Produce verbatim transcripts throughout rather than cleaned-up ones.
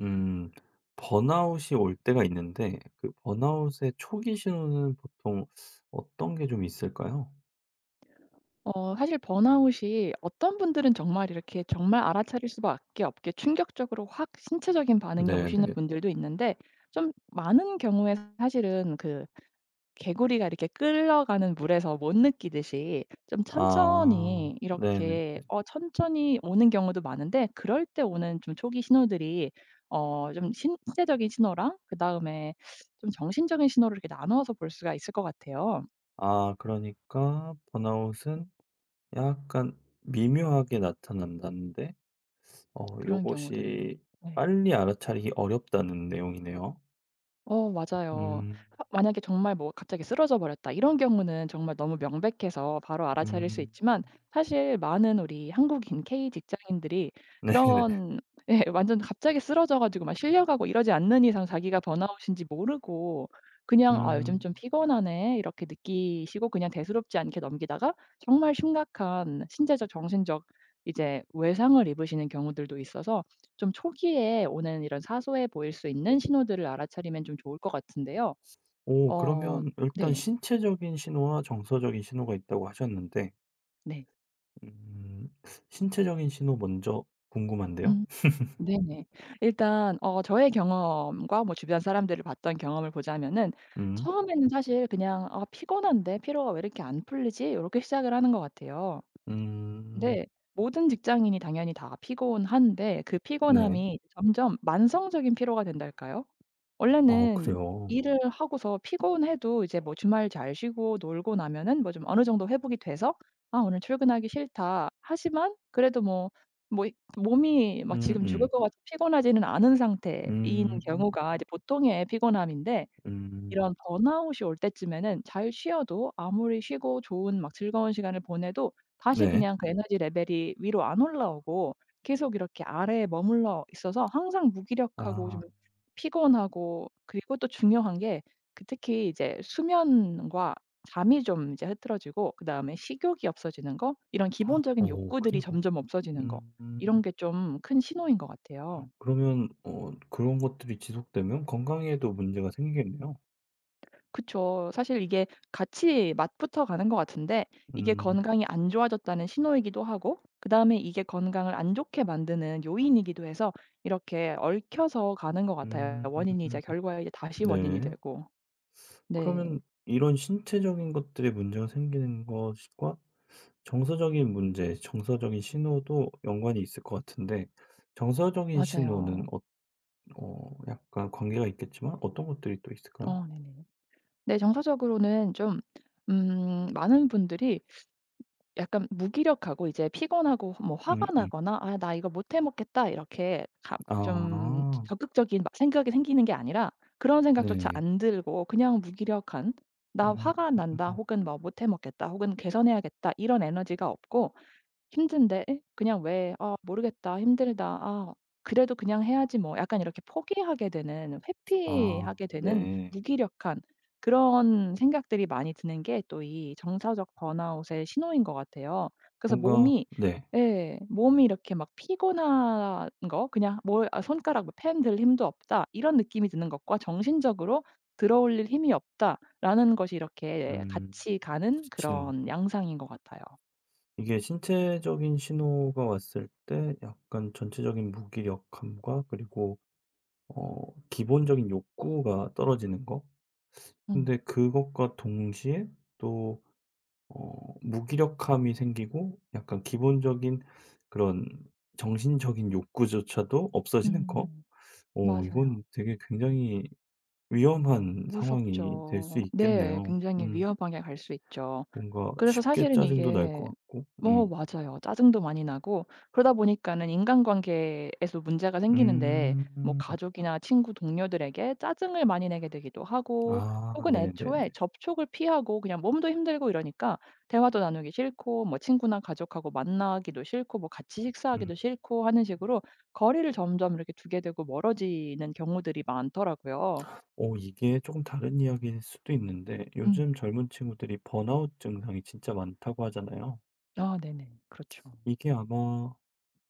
음. 번아웃이 올 때가 있는데 그 번아웃의 초기 신호는 보통 어떤 게 좀 있을까요? 어 사실 번아웃이 어떤 분들은 정말 이렇게 정말 알아차릴 수밖에 없게 충격적으로 확 신체적인 반응이 오시는 네네. 분들도 있는데, 좀 많은 경우에 사실은 그 개구리가 이렇게 끌려가는 물에서 못 느끼듯이 좀 아. 천천히 네네, 아, 이렇게 네네. 어 천천히 오는 경우도 많은데, 그럴 때 오는 좀 초기 신호들이 어 좀 신체적인 신호랑 그다음에 좀 정신적인 신호를 이렇게 나눠서 볼 수가 있을 것 같아요. 아, 그러니까 번아웃은 약간 미묘하게 나타난다는데 어 그런 경우들이. 요것이 네. 빨리 알아차리기 어렵다는 내용이네요. 어 맞아요. 음. 하, 만약에 정말 뭐 갑자기 쓰러져 버렸다 이런 경우는 정말 너무 명백해서 바로 알아차릴 수 음. 있지만, 사실 많은 우리 한국인 케이 직장인들이 네네. 그런 예, 완전 갑자기 쓰러져 가지고 막 실려가고 이러지 않는 이상 자기가 번아웃인지 모르고 그냥 '아 요즘 음. 좀 피곤하네.' 이렇게 느끼시고 그냥 대수롭지 않게 넘기다가 정말 심각한 신체적 정신적 이제 외상을 입으시는 경우들도 있어서, 좀 초기에 오는 이런 사소해 보일 수 있는 신호들을 알아차리면 좀 좋을 것 같은데요. 오, 어 그러면 일단 네. 신체적인 신호와 정서적인 신호가 있다고 하셨는데. 네. 음. 신체적인 신호 먼저 궁금한데요. 음, 네네. 일단 어 저의 경험과 뭐 주변 사람들을 봤던 경험을 보자면은, 음. 처음에는 사실 그냥 '아 피곤한데 피로가 왜 이렇게 안 풀리지?' 요렇게 시작을 하는 것 같아요. 음. 근데 모든 직장인이 당연히 다 피곤한데 그 네. 피곤함이 점점 만성적인 피로가 된달까요? 아, 원래는 그래요. 일을 하고서 피곤해도 이제 뭐 주말 잘 쉬고 놀고 나면은 뭐 좀 어느 정도 회복이 돼서 '아 오늘 출근하기 싫다.' 하지만 그래도 뭐 뭐 이 몸이 막 지금 죽을 음음. 것 같이 피곤하지는 않은 상태인 음. 음. 경우가 이제 보통의 피곤함인데, 음, 이런 번아웃이 올 때쯤에는 잘 쉬어도 아무리 쉬고 좋은 막 즐거운 시간을 보내도 다시 네. 그냥 그 에너지 레벨이 위로 안 올라오고 계속 이렇게 아래에 머물러 있어서 항상 무기력하고 좀 아. 피곤하고, 그리고 또 중요한 게 그 특히 이제 수면과 잠이 좀 이제 흐트러지고, 그다음에 식욕이 없어지는 거, 이런 기본적인 오, 욕구들이 그래요? 점점 없어지는 거, 음. 이런 게 좀 큰 신호인 것 아, 같아요. 그러면 어 그런 것들이 지속되면 건강에도 문제가 생기겠네요. 그쵸. 사실 이게 같이 맛부터 가는 것 같은데, 이게 음. 건강이 안 좋아졌다는 신호이기도 하고 그다음에 이게 건강을 안 좋게 만드는 요인이기도 해서 이렇게 얽혀서 가는 것 같아요. 음. 원인이자 결과에 이제 다시 원인이 네. 되고. 네. 그러면 이런 신체적인 것들에 문제가 생기는 것과 정서적인 문제, 정서적인 신호도 연관이 있을 것 같은데 정서적인 신호는 맞아요. 어 어 약간 관계가 있겠지만 어떤 것들이 또 있을까요? 어 네네. 네. 정서적으로는 좀 음, 많은 분들이 약간 무기력하고 이제 피곤하고 뭐 화가 음음. 나거나 '아 나 이거 못 해 먹겠다.' 이렇게 갑 좀 아, 적극적인 막 생각이 생기는 게 아니라 그런 생각조차 네. 안 들고 그냥 무기력한 '나 음. 화가 난다.' 혹은 뭐 '못 해 먹겠다.' 혹은 '개선해야겠다.' 이런 에너지가 없고, 힘든데 그냥 왜 '아 모르겠다. 힘들다. 아 그래도 그냥 해야지 뭐.' 약간 이렇게 포기하게 되는, 아, 회피하게 되는, 네. 무기력한 그런 생각들이 많이 드는 게 또 이 정서적 번아웃의 신호인 것 같아요. 그래서 뭔가. 몸이 네. 예, 몸이 이렇게 막 피곤한 거 그냥 뭘 아 손가락 뭐 '펜 들 힘도 없다.' 이런 느낌이 드는 것과, '정신적으로 들어 올릴 힘이 없다.'라는 것이 이렇게 음 같이 가는 부딪히는 그런 양상인 것 같아요. 이게 신체적인 신호가 왔을 때 약간 전체적인 무기력함과 그리고 어 기본적인 욕구가 떨어지는 거. 음. 근데 그것과 동시에 또 어 무기력함이 생기고 약간 기본적인 그런 정신적인 욕구조차도 없어지는 거. 음. 오, 맞아요. 이건 되게 굉장히 위험한 상황이 될 수 무섭죠. 네. 있겠네요. 굉장히 음 위험하게 갈 수 있죠. 뭔가 그래서 쉽게 사실은 짜증도 날 이게 것 같고. 뭐 음. 맞아요. 짜증도 많이 나고 그러다 보니까는 인간관계에서 문제가 생기는데, 뭐 음. 가족이나 친구, 동료들에게 짜증을 많이 내게 되기도 하고, 아, 혹은 애초에 네네네. 접촉을 피하고 그냥 몸도 힘들고 이러니까 대화도 나누기 싫고 뭐 친구나 가족하고 만나기도 싫고 뭐 같이 음. 식사하기도 싫고 하는 식으로 거리를 점점 이렇게 두게 되고 멀어지는 경우들이 많더라고요. 오, 이게 조금 다른 이야기일 수도 있는데 요즘 음. 젊은 친구들이 번아웃 증상이 진짜 많다고 하잖아요. 아, 네네. 그렇죠. 이게 아마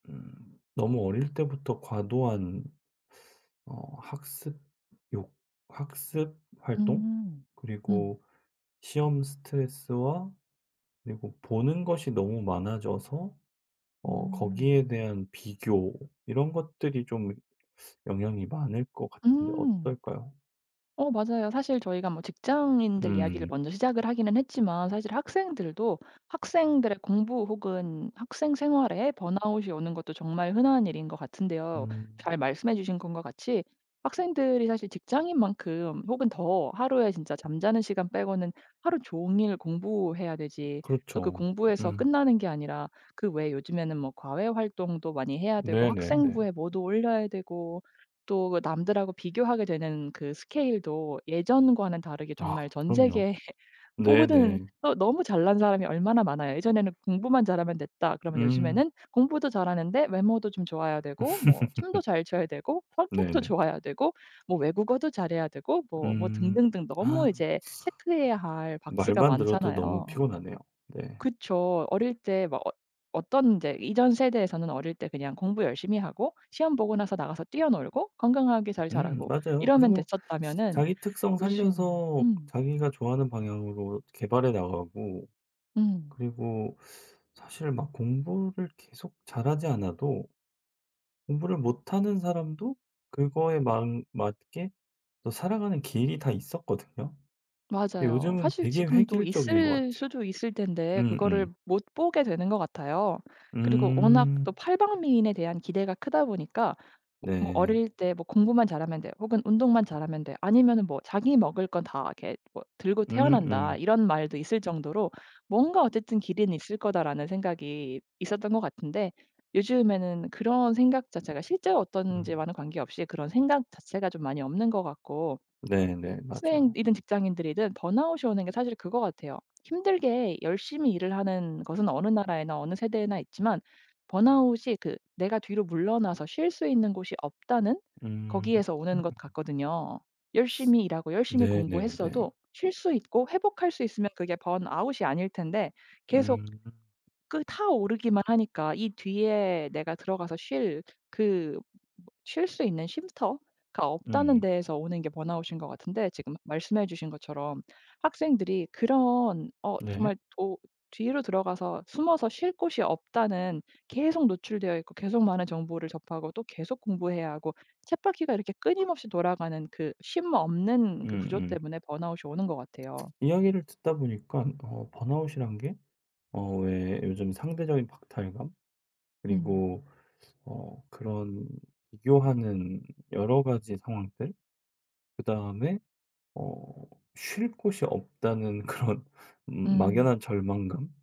음 너무 어릴 때부터 과도한 어 학습 욕 학습 활동 음. 음. 그리고 시험 스트레스와 그리고 보는 것이 너무 많아져서 어 음. 거기에 대한 비교 이런 것들이 좀 영향이 많을 것 같은데 음. 어떨까요? 어 맞아요. 사실 저희가 뭐 직장인들 이야기를 음. 먼저 시작을 하기는 했지만, 사실 학생들도 학생들의 공부 혹은 학생 생활에 번아웃이 오는 것도 정말 흔한 일인 것 같은데요. 잘 음. 말씀해 주신 것과 같이 학생들이 사실 직장인만큼 혹은 더 하루에 진짜 잠자는 시간 빼고는 하루 종일 공부해야 되지, 또 그 그렇죠. 공부에서 음. 끝나는 게 아니라 그 외에 요즘에는 뭐 과외 활동도 많이 해야 되고, 네네네. 학생부에 뭐도 올려야 되고, 또 그 남들하고 비교하게 되는 그 스케일도 예전과는 다르게 정말 아, 전 그럼요. 세계 모든 네네. 어 너무 잘난 사람이 얼마나 많아요. 예전에는 '공부만 잘하면 됐다.' 그러면 음. 요즘에는 공부도 잘하는데 외모도 좀 좋아야 되고 뭐 춤도 잘 춰야 되고 네 성격도 네 좋아야 되고 뭐 외국어도 잘해야 되고 뭐 뭐 음. 등등등 너무 아, 이제 체크해야 할 박스가 말만 들어도 너무 많잖아요. 피곤하네요. 네. 그쵸. 어릴 때 막 어 어떤, 이제 이전 세대에서는 어릴 때 그냥 공부 열심히 하고 시험 보고 나서 나가서 뛰어놀고 건강하게 잘 음, 자라고 맞아요. 이러면 그리고 됐었다면은, 자기 특성 요즘 살려서 음. 자기가 좋아하는 방향으로 개발해 나가고 음. 그리고 사실 막 공부를 계속 잘하지 않아도 공부를 못하는 사람도 그거에 막 맞게 또 살아가는 길이 다 있었거든요. 근데 맞아요. 요즘은 사실 되게 지금도 획일적인 것 있을 같아요. 수도 있을 텐데 그거를 음음. 못 보게 되는 것 같아요. 음. 그리고 워낙 음, 또 팔방미인에 대한 기대가 크다 보니까 뭐 네. 어릴 때 뭐 공부만 잘하면 돼. 혹은 운동만 잘하면 돼. 아니면은 뭐 자기 먹을 건 다 이렇게 뭐 들고 태어난다. 음음. 이런 말도 있을 정도로 뭔가 어쨌든 길은 있을 거다라는 생각이 있었던 것 같은데, 요즘에는 그런 생각 자체가 실제 음. 어떤지와는 관계없이 그런 생각 자체가 좀 많이 없는 것 같고, 네네. 맞아요. 학생이든 직장인들이든 번아웃이 오는 게 사실 그거 같아요. 힘들게 열심히 일을 하는 것은 어느 나라에나 어느 세대에나 있지만 번아웃이 그 내가 뒤로 물러나서 쉴 수 있는 곳이 없다는, 음. 거기에서 오는 것 같거든요. 열심히 일하고 열심히 네네네. 공부했어도 쉴 수 있고 회복할 수 있으면 그게 번아웃이 아닐 텐데, 계속 음. 그 타오르기만 하니까 이 뒤에 내가 들어가서 쉴 그 쉴 수 있는 쉼터가 없다는 음. 데에서 오는 게 번아웃인 것 같은데, 지금 말씀해 주신 것처럼 학생들이 그런 어 네. 정말 도, 뒤로 들어가서 숨어서 쉴 곳이 없다는, 계속 노출되어 있고 계속 많은 정보를 접하고 또 계속 공부해야 하고, 쳇바퀴가 이렇게 끊임없이 돌아가는 그 쉼 없는 그 구조 음음. 때문에 번아웃이 오는 것 같아요. 이야기를 듣다 보니까 어 번아웃이란 게, 어 왜 요즘 상대적인 박탈감, 음. 그리고 어 그런 비교하는 여러 가지 상황들, 그다음에 어 쉴 곳이 없다는 그런 음 음. 막연한 절망감,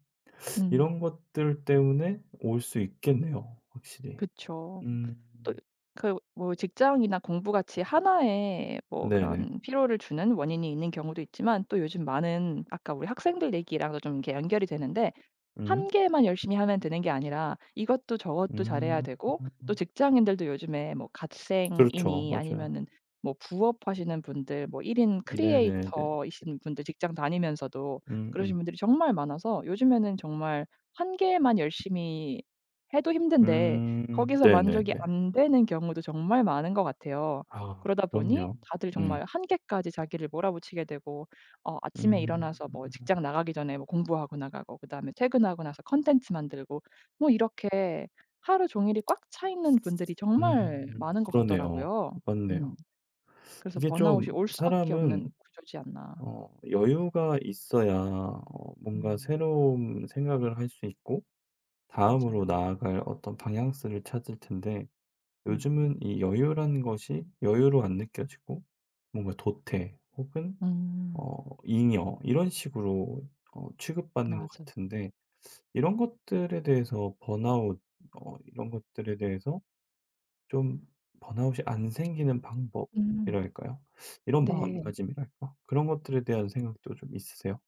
음. 이런 것들 때문에 올 수 있겠네요, 확실히. 그쵸. 음. 또 그 뭐 직장이나 공부 같이 하나의 뭐 네네. 그런 피로를 주는 원인이 있는 경우도 있지만, 또 요즘 많은 아까 우리 학생들 얘기랑도 좀 이렇게 연결이 되는데, 한 음. 개만 열심히 하면 되는 게 아니라 이것도 저것도 잘해야 음. 되고 또 직장인들도 요즘에 뭐 그렇죠. 갓생이니 맞아요. 아니면은 뭐 부업하시는 분들 뭐 일 인 네네네. 크리에이터이신 분들 직장 다니면서도 그러신 음음. 분들이 정말 많아서 요즘에는 정말 한 개만 열심히 해도 힘든데 음. 거기서 만족이 네네네. 안 되는 경우도 정말 많은 것 같아요. 아, 그러다 보니 그럼요. 다들 음. 정말 한 개까지 자기를 몰아붙이게 되고 어 아침에 음. 일어나서 뭐 직장 나가기 전에 뭐 공부하고 나가고 그다음에 퇴근하고 나서 콘텐츠 만들고 뭐 이렇게 하루 종일이 꽉 차 있는 분들이 음. 정말 많은 것 그러네요. 같더라고요. 음. 맞네요. 그래서 이게 좀 번아웃이 올 수밖에 사람은 없는 구조지 않나. 어 여유가 있어야 어 뭔가 음. 새로운 생각을 할 수 있고 다음으로 맞아요. 나아갈 어떤 방향성을 찾을 텐데, 음. 요즘은 이 여유라는 것이 여유로 안 느껴지고 뭔가 도태 혹은 어 음, 잉여 이런 식으로 어 취급받는 것 맞아요. 같은데, 이런 것들에 대해서 번아웃 어 이런 것들에 대해서 좀 번아웃이 안 생기는 음. 방법이랄까요? 이런 네. 마음가짐이랄까? 그런 것들에 대한 생각도 좀 있으세요?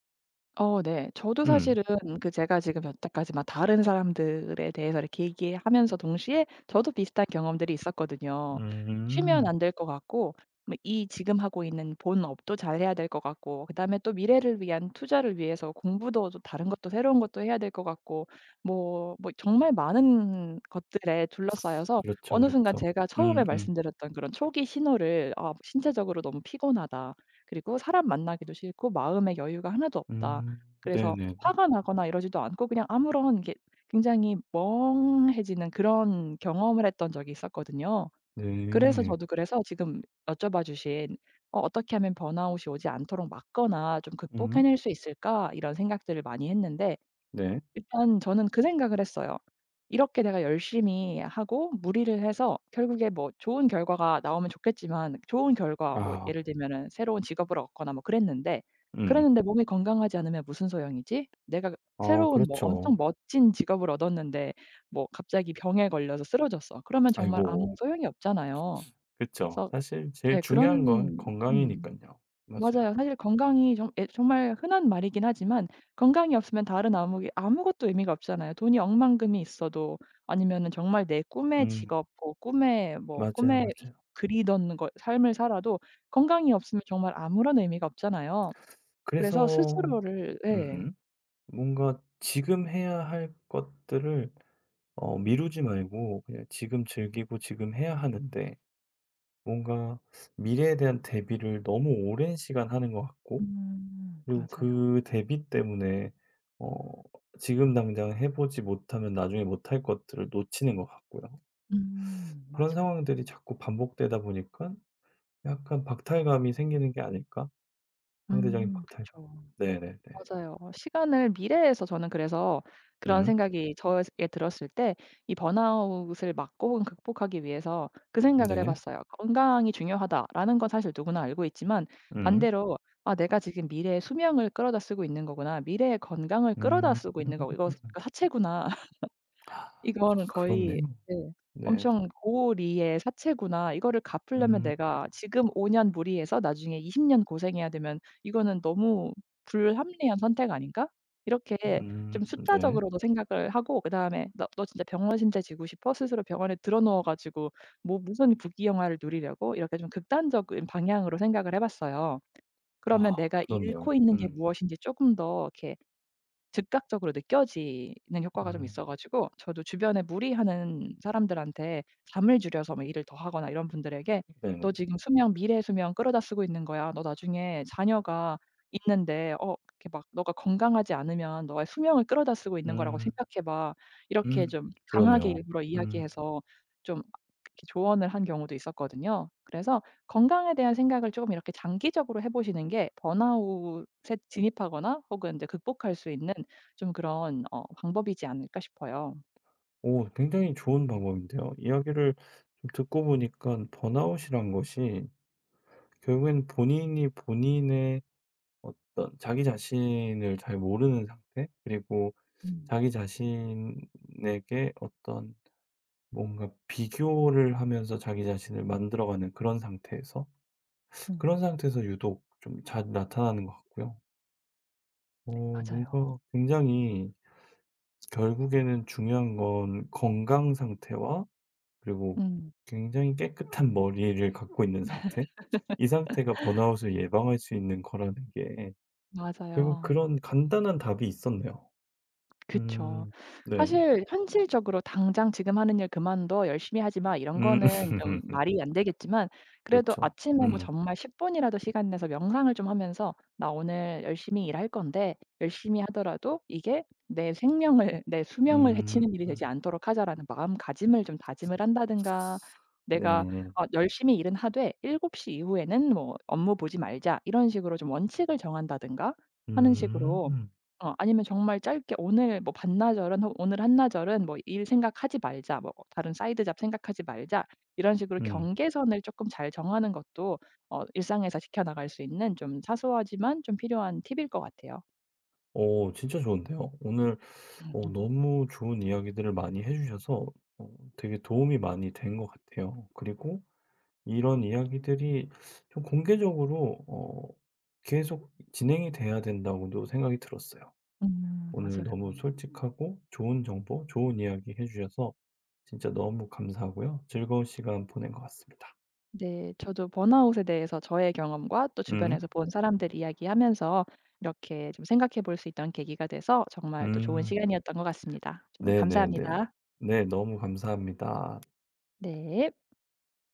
어 네. 저도 음. 사실은 그 제가 지금 여태까지 막 다른 사람들에 대해서 이렇게 얘기하면서 동시에 저도 비슷한 경험들이 있었거든요. 쉬면 음. 안 될 것 같고 뭐 이 지금 하고 있는 본 업도 잘해야 될 것 같고 그다음에 또 미래를 위한 투자를 위해서 공부도 또 다른 것도 새로운 것도 해야 될 것 같고 뭐 뭐 정말 많은 것들에 둘러싸여서 그렇죠, 어느 순간 그렇죠. 제가 음 처음에 음. 음. 말씀드렸던 그런 초기 신호를 '아 신체적으로 너무 피곤하다. 그리고 사람 만나기도 싫고 마음의 여유가 하나도 없다.' 음, 그래서 네네네. 화가 나거나 이러지도 않고 그냥 아무런 이게 굉장히 멍해지는 그런 경험을 했던 적이 있었거든요. 그래서 네. 저도 그래서 지금 여쭤봐 주신 어 '어떻게 하면 번아웃이 오지 않도록 막거나 좀 음. 극복해낼 수 있을까?' 이런 생각들을 많이 했는데 네. 일단 저는 그 생각을 했어요. 이렇게 내가 열심히 하고 무리를 해서 결국에 뭐 좋은 결과가 나오면 좋겠지만, 좋은 결과 뭐 아. 예를 들면은 새로운 직업을 얻거나 뭐 그랬는데 음. 그랬는데 몸이 건강하지 않으면 무슨 소용이지? 내가 아, 새로운 뭐 그렇죠. 엄청 멋진 직업을 얻었는데 뭐 갑자기 병에 걸려서 쓰러졌어. 그러면 정말 아이고. 아무 소용이 없잖아요. 그쵸. 그래서 사실 제일 네, 중요한 건 그런 건강이니까 음. 요 맞아요. 맞아요. 사실 건강이 정 예, 정말 흔한 말이긴 하지만 건강이 없으면 다른 아무 아무것도 의미가 없잖아요. 돈이 억만금이 있어도 아니면은 정말 내 꿈의 음. 직업 뭐 꿈의 뭐 맞아요, 꿈에 맞아요. 그리던 거, 삶을 살아도 건강이 없으면 정말 아무런 의미가 없잖아요. 그래서 그래서 스스로를 예. 음 뭔가 지금 해야 할 것들을 어 미루지 말고 그냥 지금 즐기고 지금 해야 하는데, 뭔가 미래에 대한 대비를 너무 오랜 시간 하는 것 같고, 음, 그리고 맞아요. 그 대비 때문에 어 지금 당장 해 보지 못하면 나중에 못할 것들을 놓치는 것 같고요. 음, 그런 맞아요. 상황들이 자꾸 반복되다 보니까 약간 박탈감이 생기는 게 아닐까? 상대적인 음. 박탈감. 그쵸. 네네네. 맞아요. 시간을 미래에서 저는 그래서 그런 음. 생각이 저에게 들었을 때 이 번아웃을 막고 혹은 극복하기 위해서 그 생각을 해 네. 봤어요. '건강이 중요하다.'라는 건 사실 누구나 알고 있지만 음. 반대로 '아 내가 지금 미래의 수명을 끌어다 쓰고 있는 거구나. 미래의 건강을 끌어다 음. 쓰고 있는 거고 이거 사채구나.' 이거는 아, 거의 그렇네요. 네, 네. 엄청 고리의 사채구나. 이거를 갚으려면 음. 내가 지금 오 년 무리해서 나중에 이십 년 고생해야 되면 이거는 너무 불합리한 선택 아닌가?' 이렇게 좀 음, 네. 숫자적으로도 생각을 하고 그다음에 '너 너 진짜 병원 신세 지고 싶어? 스스로 병원에 들어 누워 가지고 뭐 무슨 부귀영화를 누리려고?' 이렇게 좀 극단적인 방향으로 생각을 해 봤어요. 그러면 아, 내가 그렇네요. 잃고 있는 게 음. 무엇인지 조금 더 이렇게 즉각적으로 느껴지는 효과가 좀 음. 있어 가지고 저도 주변에 무리하는 사람들한테 잠을 줄여서 뭐 일을 더 하거나 이런 분들에게 네네. "너 지금 수면 미래 수면 끌어다 쓰고 있는 거야. 너 나중에 자녀가 있는데 어 이렇게 막 너가 건강하지 않으면 너의 수명을 끌어다 쓰고 있는 거라고 음. 생각해 봐." 이렇게 음. 좀 강하게 그러네요. 일부러 음. 이야기해서 좀 이렇게 조언을 한 경우도 있었거든요. 그래서 건강에 대한 생각을 쪼금 이렇게 장기적으로 해 보시는 게 번아웃에 진입하거나 혹은 인제 극복할 수 있는 좀 그런 어 방법이지 않을까 싶어요. 오, 굉장히 좋은 방법인데요. 이야기를 좀 듣고 보니까 번아웃이란 것이 결국엔 본인이 본인의 어떤 자기 자신을 잘 모르는 상태 그리고 음. 자기 자신에게 어떤 뭔가 비교를 하면서 자기 자신을 만들어가는 그런 상태에서, 그런 음. 상태에서 유독 좀 잘 나타나는 것 같고요. 어 네, 맞아요. 뭔가 굉장히 결국에는 중요한 건 건강 상태와 그리고 음. 굉장히 깨끗한 머리를 갖고 있는 상태. 이 상태가 번아웃을 예방할 수 있는 거라는 게 결국 맞아요. 그런 간단한 답이 있었네요. 그쵸. 죠, 음. 네네. 사실 현실적으로 "당장 지금 하는 일 그만둬. 열심히 하지 마." 이런 음. 거는 좀 말이 안 되겠지만, 그래도 그렇죠. 아침에 뭐 음. 정말 10 분이라도 시간 내서 명상을 좀 하면서 '나 오늘 열심히 일할 건데 열심히 하더라도 이게 내 생명을 내 수명을 음. 해치는 일이 음, 되지 않도록 하자.'라는 마음가짐을 좀 다짐을 한다든가, 내가 네. 어 열심히 일은 하되 일곱 시 이후에는 뭐 업무 보지 말자 이런 식으로 좀 원칙을 정한다든가 하는 식으로, 음. 어 아니면 정말 짧게 오늘 뭐 반나절은 혹 오늘 한나절은 뭐 '일 생각하지 말자.' 뭐 '다른 사이드 잡 생각하지 말자.' 이런 식으로 음. 경계선을 조금 잘 정하는 것도 어 일상에서 지켜나갈 수 있는 좀 사소하지만 좀 필요한 팁일 것 같아요. 어 진짜 좋은데요. 오늘 어 음. 너무 좋은 이야기들을 많이 해 주셔서 어 되게 도움이 많이 된 것 같아요. 그리고 이런 이야기들이 좀 공개적으로 어 계속 진행이 돼야 된다고도 생각이 들었어요. 음, 오늘 맞아요. 너무 솔직하고 좋은 정보, 좋은 이야기 해 주셔서 진짜 너무 감사하고요. 즐거운 시간 보낸 것 같습니다. 네. 저도 번아웃에 대해서 저의 경험과 또 음. 주변에서 본 사람들 이야기하면서 이렇게 좀 생각해 볼 수 있던 계기가 돼서 정말 또 좋은 음. 시간이었던 것 같습니다. 저는 네네네. 감사합니다. 네. 너무 감사합니다. 네.